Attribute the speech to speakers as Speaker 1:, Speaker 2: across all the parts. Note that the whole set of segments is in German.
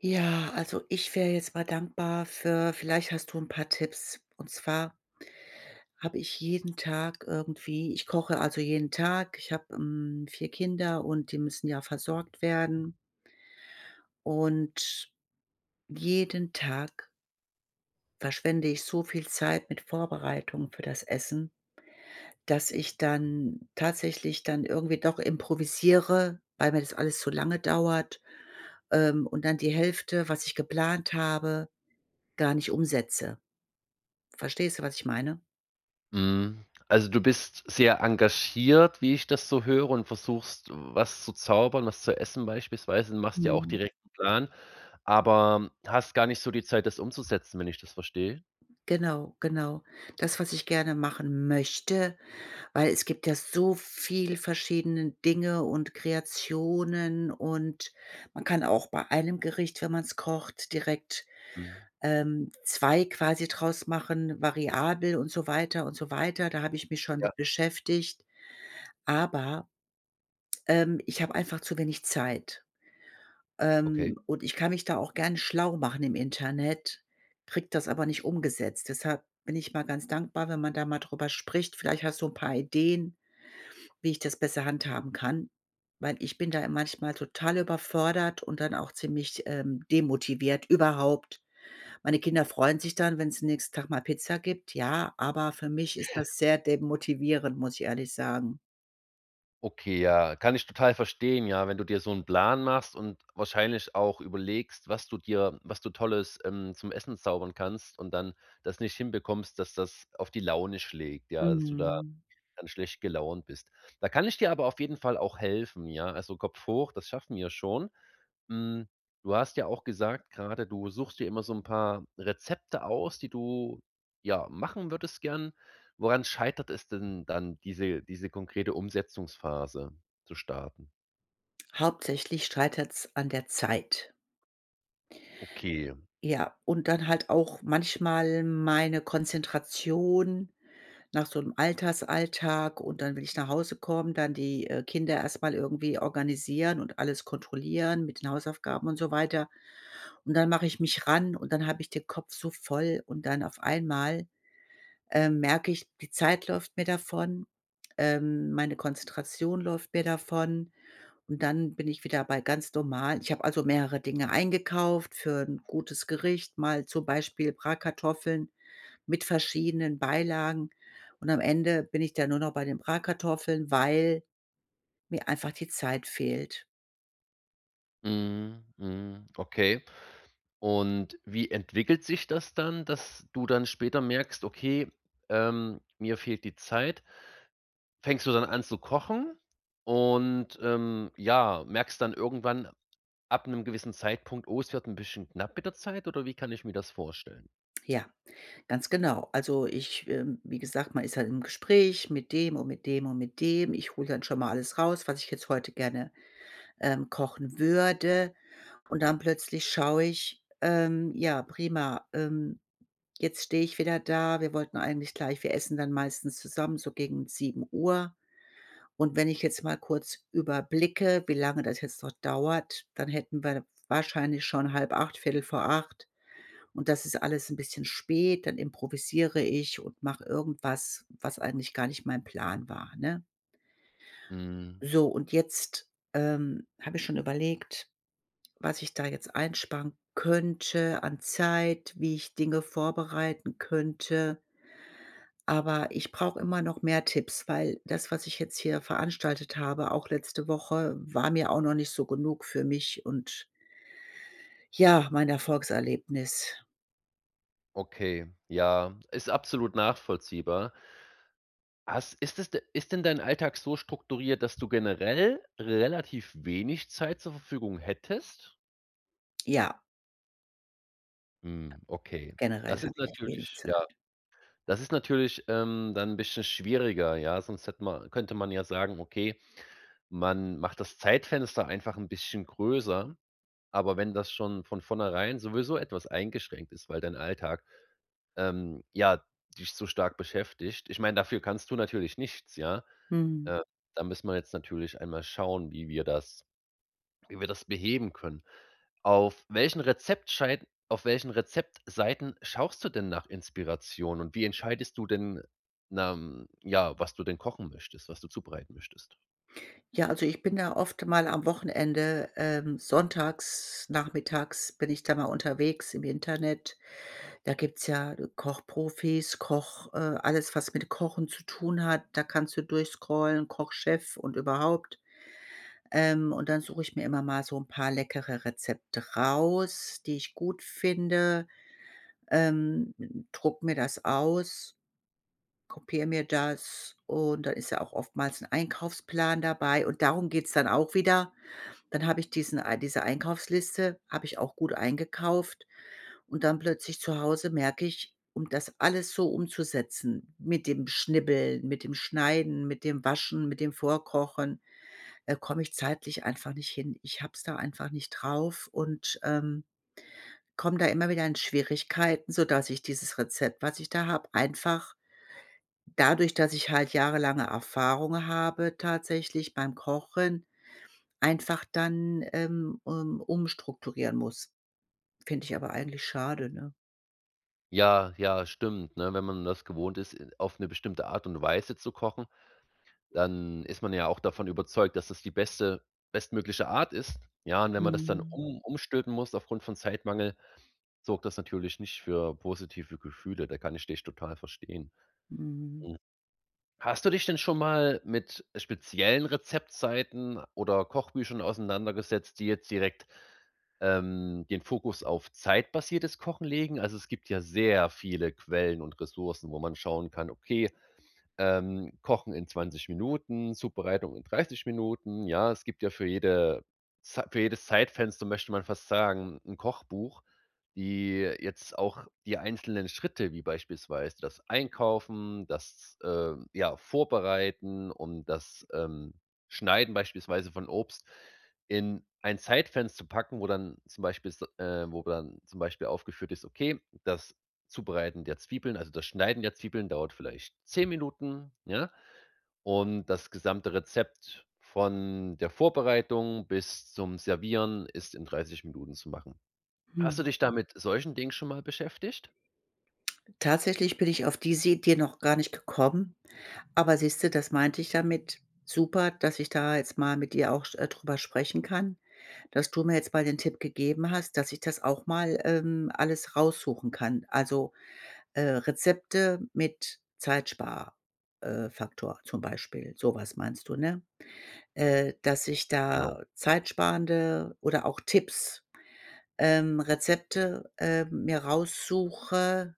Speaker 1: Ja, also ich wäre jetzt mal dankbar für vielleicht hast du ein paar Tipps. Und zwar habe ich jeden Tag irgendwie ich koche also jeden Tag. Ich habe, 4 Kinder und die müssen ja versorgt werden. Und jeden Tag verschwende ich so viel Zeit mit Vorbereitungen für das Essen, dass ich dann tatsächlich dann irgendwie doch improvisiere, weil mir das alles zu lange dauert, und dann die Hälfte, was ich geplant habe, gar nicht umsetze. Verstehst du, was ich meine?
Speaker 2: Mhm. Also, du bist sehr engagiert, wie ich das so höre und versuchst, was zu zaubern, was zu essen beispielsweise und machst ja auch
Speaker 1: Mhm.
Speaker 2: direkt einen Plan, aber hast gar nicht so die Zeit, das umzusetzen, wenn ich das verstehe?
Speaker 1: Genau, genau. Das, was ich gerne machen möchte, weil es gibt ja so viel verschiedene Dinge und Kreationen und man kann auch bei einem Gericht, wenn man es kocht, direkt,
Speaker 2: Mhm.
Speaker 1: 2 quasi draus machen, variabel und so weiter und so weiter. Da habe ich mich schon
Speaker 2: Ja,
Speaker 1: mit beschäftigt, aber, ich habe einfach zu wenig Zeit.
Speaker 2: okay.
Speaker 1: Und ich kann mich da auch gerne schlau machen im Internet, kriege das aber nicht umgesetzt. Deshalb bin ich mal ganz dankbar, wenn man da mal drüber spricht. Vielleicht hast du ein paar Ideen, wie ich das besser handhaben kann, weil ich bin da manchmal total überfordert und dann auch ziemlich, demotiviert überhaupt. Meine Kinder freuen sich dann, wenn es nächsten Tag mal Pizza gibt, ja, aber für mich ist das sehr demotivierend, muss ich ehrlich sagen.
Speaker 2: Okay, ja, kann ich total verstehen, ja, wenn du dir so einen Plan machst und wahrscheinlich auch überlegst, was du Tolles, zum Essen zaubern kannst und dann das nicht hinbekommst, dass das auf die Laune schlägt, ja, dass du da
Speaker 1: Mhm.
Speaker 2: dann schlecht gelaunt bist. Da kann ich dir aber auf jeden Fall auch helfen, ja? Also, Kopf hoch, das schaffen wir schon. Hm, du hast ja auch gesagt gerade du suchst dir immer so 'n paar Rezepte aus, die du, ja, machen würdest gern. Woran scheitert es denn dann, diese konkrete Umsetzungsphase zu starten?
Speaker 1: Hauptsächlich scheitert es an der Zeit.
Speaker 2: Okay.
Speaker 1: Ja, und dann halt auch manchmal meine Konzentration nach so 'nem Altersalltag, und dann will ich nach Hause kommen, dann die, Kinder erst mal irgendwie organisieren und alles kontrollieren mit den Hausaufgaben und so weiter. Und dann mache ich mich ran und dann habe ich den Kopf so voll und dann auf einmal merke ich, die Zeit läuft mir davon, meine Konzentration läuft mir davon, und dann bin ich wieder bei ganz normal ich habe also mehrere Dinge eingekauft für ein gutes Gericht, mal zum Beispiel Bratkartoffeln mit verschiedenen Beilagen, und am Ende bin ich dann nur noch bei den Bratkartoffeln, weil mir einfach die Zeit fehlt.
Speaker 2: Mhm, mhm, okay. Und wie entwickelt sich das dann, dass du dann später merkst: „Okay, mir fehlt die Zeit“? Fängst du dann an zu kochen und, ja, merkst dann irgendwann ab einem gewissen Zeitpunkt: „Oh, es wird ein bisschen knapp mit der Zeit“, oder wie kann ich mir das vorstellen?
Speaker 1: Ja, ganz genau. Also, ich, wie gesagt, man ist halt im Gespräch mit dem und mit dem und mit dem. Ich hole dann schon mal alles raus, was ich jetzt heute gerne kochen würde. Und dann plötzlich schaue ich, ja, prima, jetzt stehe ich wieder da. Wir wollten eigentlich gleich wir essen dann meistens zusammen, so gegen 7 Uhr. Und wenn ich jetzt mal kurz überblicke, wie lange das jetzt noch dauert, dann hätten wir wahrscheinlich schon halb acht, viertel vor acht. Und das ist alles ein bisschen spät, dann improvisiere ich und mache irgendwas, was eigentlich gar nicht mein Plan war, ne?
Speaker 2: Mhm,
Speaker 1: So, und jetzt, habe ich schon überlegt, was ich da jetzt einsparen könnte an Zeit, wie ich Dinge vorbereiten könnte. Aber ich brauche immer noch mehr Tipps, weil das, was ich jetzt hier veranstaltet habe, auch letzte Woche, war mir auch noch nicht so genug für mich und ja, mein Erfolgserlebnis.
Speaker 2: okay, ja, ist absolut nachvollziehbar. Hast ist es de ist denn dein Alltag so strukturiert, dass du generell relativ wenig Zeit zur Verfügung hättest?
Speaker 1: Ja,
Speaker 2: Hm, okay.
Speaker 1: generell
Speaker 2: Das ist
Speaker 1: habe ich wenig
Speaker 2: natürlich
Speaker 1: Zeit.
Speaker 2: ja, das ist natürlich, dann 'n bisschen schwieriger, ja, sonst hätte man könnte man ja sagen: „Okay, Man macht das Zeitfenster einfach ein bisschen größer, aber wenn das schon von vornherein sowieso etwas eingeschränkt ist, weil dein Alltag, ja, dich so stark beschäftigt ich meine, dafür kannst du natürlich nichts, ja?
Speaker 1: Mhm.
Speaker 2: Äh, Da müssen wir jetzt natürlich einmal schauen, wie wir das beheben können. Auf welchen Rezeptseiten schaust du denn nach Inspiration und wie entscheidest du denn, na, hm, ja, was du denn kochen möchtest, was du zubereiten möchtest?
Speaker 1: Ja, also ich bin da oft mal am Wochenende, sonntags, nachmittags bin ich da mal unterwegs im Internet. Da gibt's ja Kochprofis, alles, was mit Kochen zu tun hat. Da kannst du durchscrollen, Kochchef und überhaupt. Und dann suche ich mir immer mal so ein paar leckere Rezepte raus, die ich gut finde, ähm, drucke mir das aus, kopiere mir das, und dann ist ja auch oftmals ein Einkaufsplan dabei und darum geht's dann auch wieder. Dann habe ich diese Einkaufsliste habe ich auch gut eingekauft, und dann plötzlich zu Hause merke ich, um das alles so umzusetzen, mit dem Schnibbeln, mit dem Schneiden, mit dem Waschen, mit dem Vorkochen, komme ich zeitlich einfach nicht hin. Ich habe es da einfach nicht drauf, und, komme da immer wieder in Schwierigkeiten, sodass ich dieses Rezept, was ich da habe, einfach dadurch, dass ich halt jahrelange Erfahrung habe tatsächlich beim Kochen einfach dann, umstrukturieren muss. Finde ich aber eigentlich schade, ne?
Speaker 2: Ja, ja, stimmt, ne? Wenn man das gewohnt ist, auf 'ne bestimmte Art und Weise zu kochen, dann ist man ja auch davon überzeugt, dass das die beste bestmögliche Art ist. Ja, und wenn man das dann
Speaker 1: Mhm.
Speaker 2: um umstülpen muss aufgrund von Zeitmangel, sorgt das natürlich nicht für positive Gefühle. Da kann ich dich total verstehen.
Speaker 1: Mhm.
Speaker 2: Hast du dich denn schon mal mit speziellen Rezeptseiten oder Kochbüchern auseinandergesetzt, die jetzt direkt, den Fokus auf zeitbasiertes Kochen legen? Also, es gibt ja sehr viele Quellen und Ressourcen, wo man schauen kann: „Okay, Kochen in 20 Minuten, Zubereitung in 30 Minuten. Ja, es gibt ja für jedes Zeitfenster, möchte man fast sagen, ein Kochbuch, die jetzt auch die einzelnen Schritte, wie beispielsweise das Einkaufen, das, ja, Vorbereiten und das, Schneiden beispielsweise von Obst in ein Zeitfenster packen, wo dann zum Beispiel s wo dann zum Beispiel aufgeführt ist: „Okay, das Zubereiten der Zwiebeln, also das Schneiden der Zwiebeln dauert vielleicht 10 Minuten, ja? Und das gesamte Rezept von der Vorbereitung bis zum Servieren ist in 30 Minuten zu machen. Hast du
Speaker 1: Mhm.
Speaker 2: dich da mit solchen Dingen schon mal beschäftigt?
Speaker 1: Tatsächlich bin ich auf diese Idee noch gar nicht gekommen, aber siehst du, das meinte ich damit. Super, dass ich da jetzt mal mit dir auch drüber sprechen kann, dass du mir jetzt mal den Tipp gegeben hast, dass ich das auch mal, alles raussuchen kann. Also, Rezepte mit Zeitsparfaktor Faktor zum Beispiel, sowas meinst du, ne? Dass ich
Speaker 2: Genau,
Speaker 1: da zeitsparende oder auch Tipps, Rezepte, mir raussuche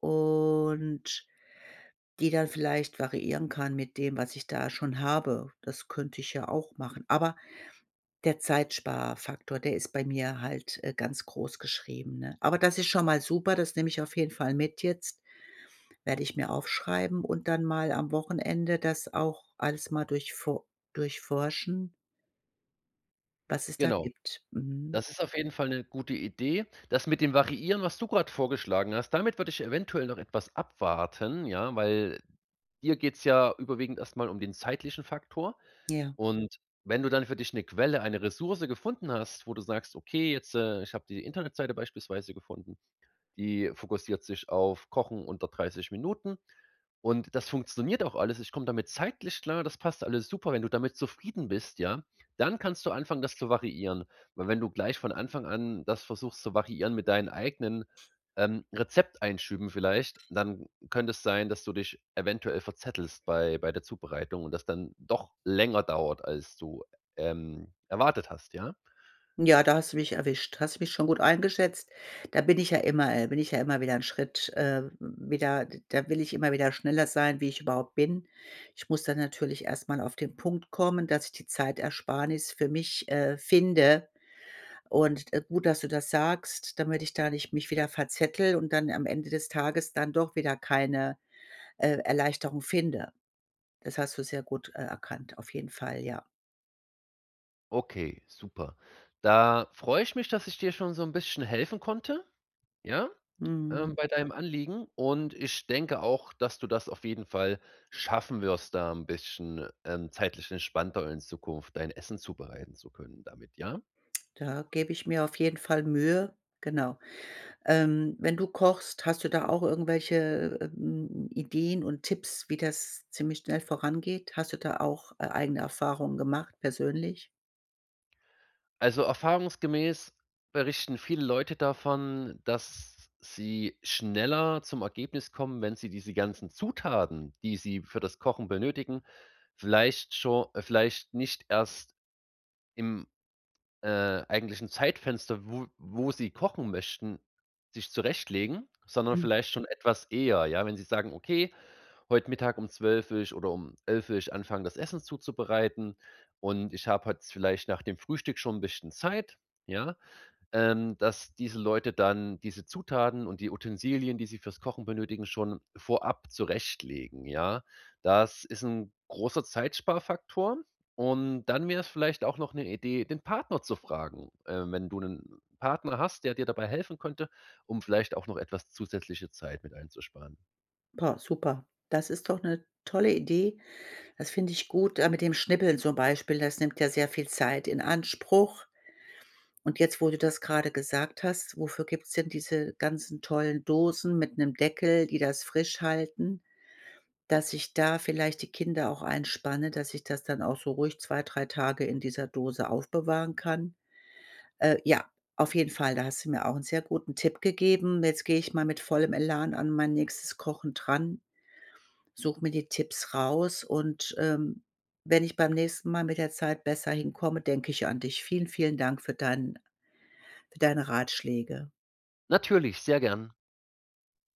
Speaker 1: und die dann vielleicht variieren kann mit dem, was ich da schon habe. Das könnte ich ja auch machen. Aber der Zeitsparfaktor, der ist bei mir halt, ganz groß geschrieben, ne? Aber das ist schon mal super, das nehme ich auf jeden Fall mit jetzt, werde ich mir aufschreiben und dann mal am Wochenende das auch alles mal durchforschen, was es da
Speaker 2: genau.
Speaker 1: gibt. Mhm.
Speaker 2: Das ist auf jeden Fall 'ne gute Idee. Das mit dem Variieren, was du grad vorgeschlagen hast, damit würde ich eventuell noch etwas abwarten, ja, weil dir geht's ja überwiegend erst mal um den zeitlichen Faktor.
Speaker 1: Ja.
Speaker 2: Und wenn du dann für dich eine Quelle, eine Ressource gefunden hast, wo du sagst: „Okay, jetzt, ich habe die Internetseite beispielsweise gefunden, die fokussiert sich auf Kochen unter 30 Minuten. Und das funktioniert auch alles. Ich komme damit zeitlich klar, das passt alles super. Wenn du damit zufrieden bist, ja, dann kannst du anfangen, das zu variieren. Weil wenn du gleich von Anfang an das versuchst zu variieren mit deinen eigenen Rezepteinschüben vielleicht, dann könnte es sein, dass du dich eventuell verzettelst bei der Zubereitung und das dann doch länger dauert, als du erwartet hast, ja?
Speaker 1: Ja, da hast du mich erwischt. Hast mich schon gut eingeschätzt. Da bin ich ja immer bin ich ja immer wieder 'n Schritt, wieder da will ich immer wieder schneller sein, wie ich überhaupt bin. Ich muss dann natürlich erst mal auf den Punkt kommen, dass ich die Zeitersparnis für mich, finde. Und, gut, dass du das sagst, damit ich da nicht mich wieder verzettel und dann am Ende des Tages dann doch wieder keine, Erleichterung finde. Das hast du sehr gut, erkannt, auf jeden Fall, ja.
Speaker 2: Okay, super. Da freue ich mich, dass ich dir schon so ein bisschen helfen konnte, ja,
Speaker 1: Mhm.
Speaker 2: bei deinem Anliegen und ich denke auch, dass du das auf jeden Fall schaffen wirst, da ein bisschen, zeitlich entspannter in Zukunft dein Essen zubereiten zu können damit, ja?
Speaker 1: Da gebe ich mir auf jeden Fall Mühe, genau. Wenn du kochst, hast du da auch irgendwelche, Ideen und Tipps, wie das ziemlich schnell vorangeht? Hast du da auch, eigene Erfahrungen gemacht persönlich?
Speaker 2: Also, erfahrungsgemäß berichten viele Leute davon, dass sie schneller zum Ergebnis kommen, wenn sie diese ganzen Zutaten, die sie für das Kochen benötigen, vielleicht schon, vielleicht nicht erst im eigentlich ein Zeitfenster, wo sie kochen möchten, sich zurechtlegen, sondern
Speaker 1: Mhm.
Speaker 2: vielleicht schon etwas eher, ja? Wenn sie sagen: „Okay, heute Mittag um 12 will ich oder um 11 will ich anfangen, das Essen zuzubereiten und ich habe jetzt vielleicht nach dem Frühstück schon ein bisschen Zeit“, ja? Ähm, dass diese Leute dann diese Zutaten und die Utensilien, die sie fürs Kochen benötigen, schon vorab zurechtlegen, ja? Das ist 'n großer Zeitsparfaktor und dann wär's vielleicht auch noch 'ne Idee, den Partner zu fragen, wenn du 'nen Partner hast, der dir dabei helfen könnte, um vielleicht auch noch etwas zusätzliche Zeit mit einzusparen.
Speaker 1: Pa super. Das ist doch eine tolle Idee. Das finde ich gut, mit dem Schnippeln zum Beispiel, das nimmt ja sehr viel Zeit in Anspruch. Und jetzt, wo du das gerade gesagt hast, wofür gibt es denn diese ganzen tollen Dosen mit einem Deckel, die das frisch halten? Dass ich da vielleicht die Kinder auch einspanne, dass ich das dann auch so ruhig 2 3 Tage in dieser Dose aufbewahren kann. Ja, auf jeden Fall, da hast du mir auch einen sehr guten Tipp gegeben. Jetzt gehe ich mal mit vollem Elan an mein nächstes Kochen dran, suche mir die Tipps raus und, wenn ich beim nächsten Mal mit der Zeit besser hinkomme, denke ich an dich. Vielen, vielen Dank für deinen für deine Ratschläge.
Speaker 2: Natürlich, sehr gern.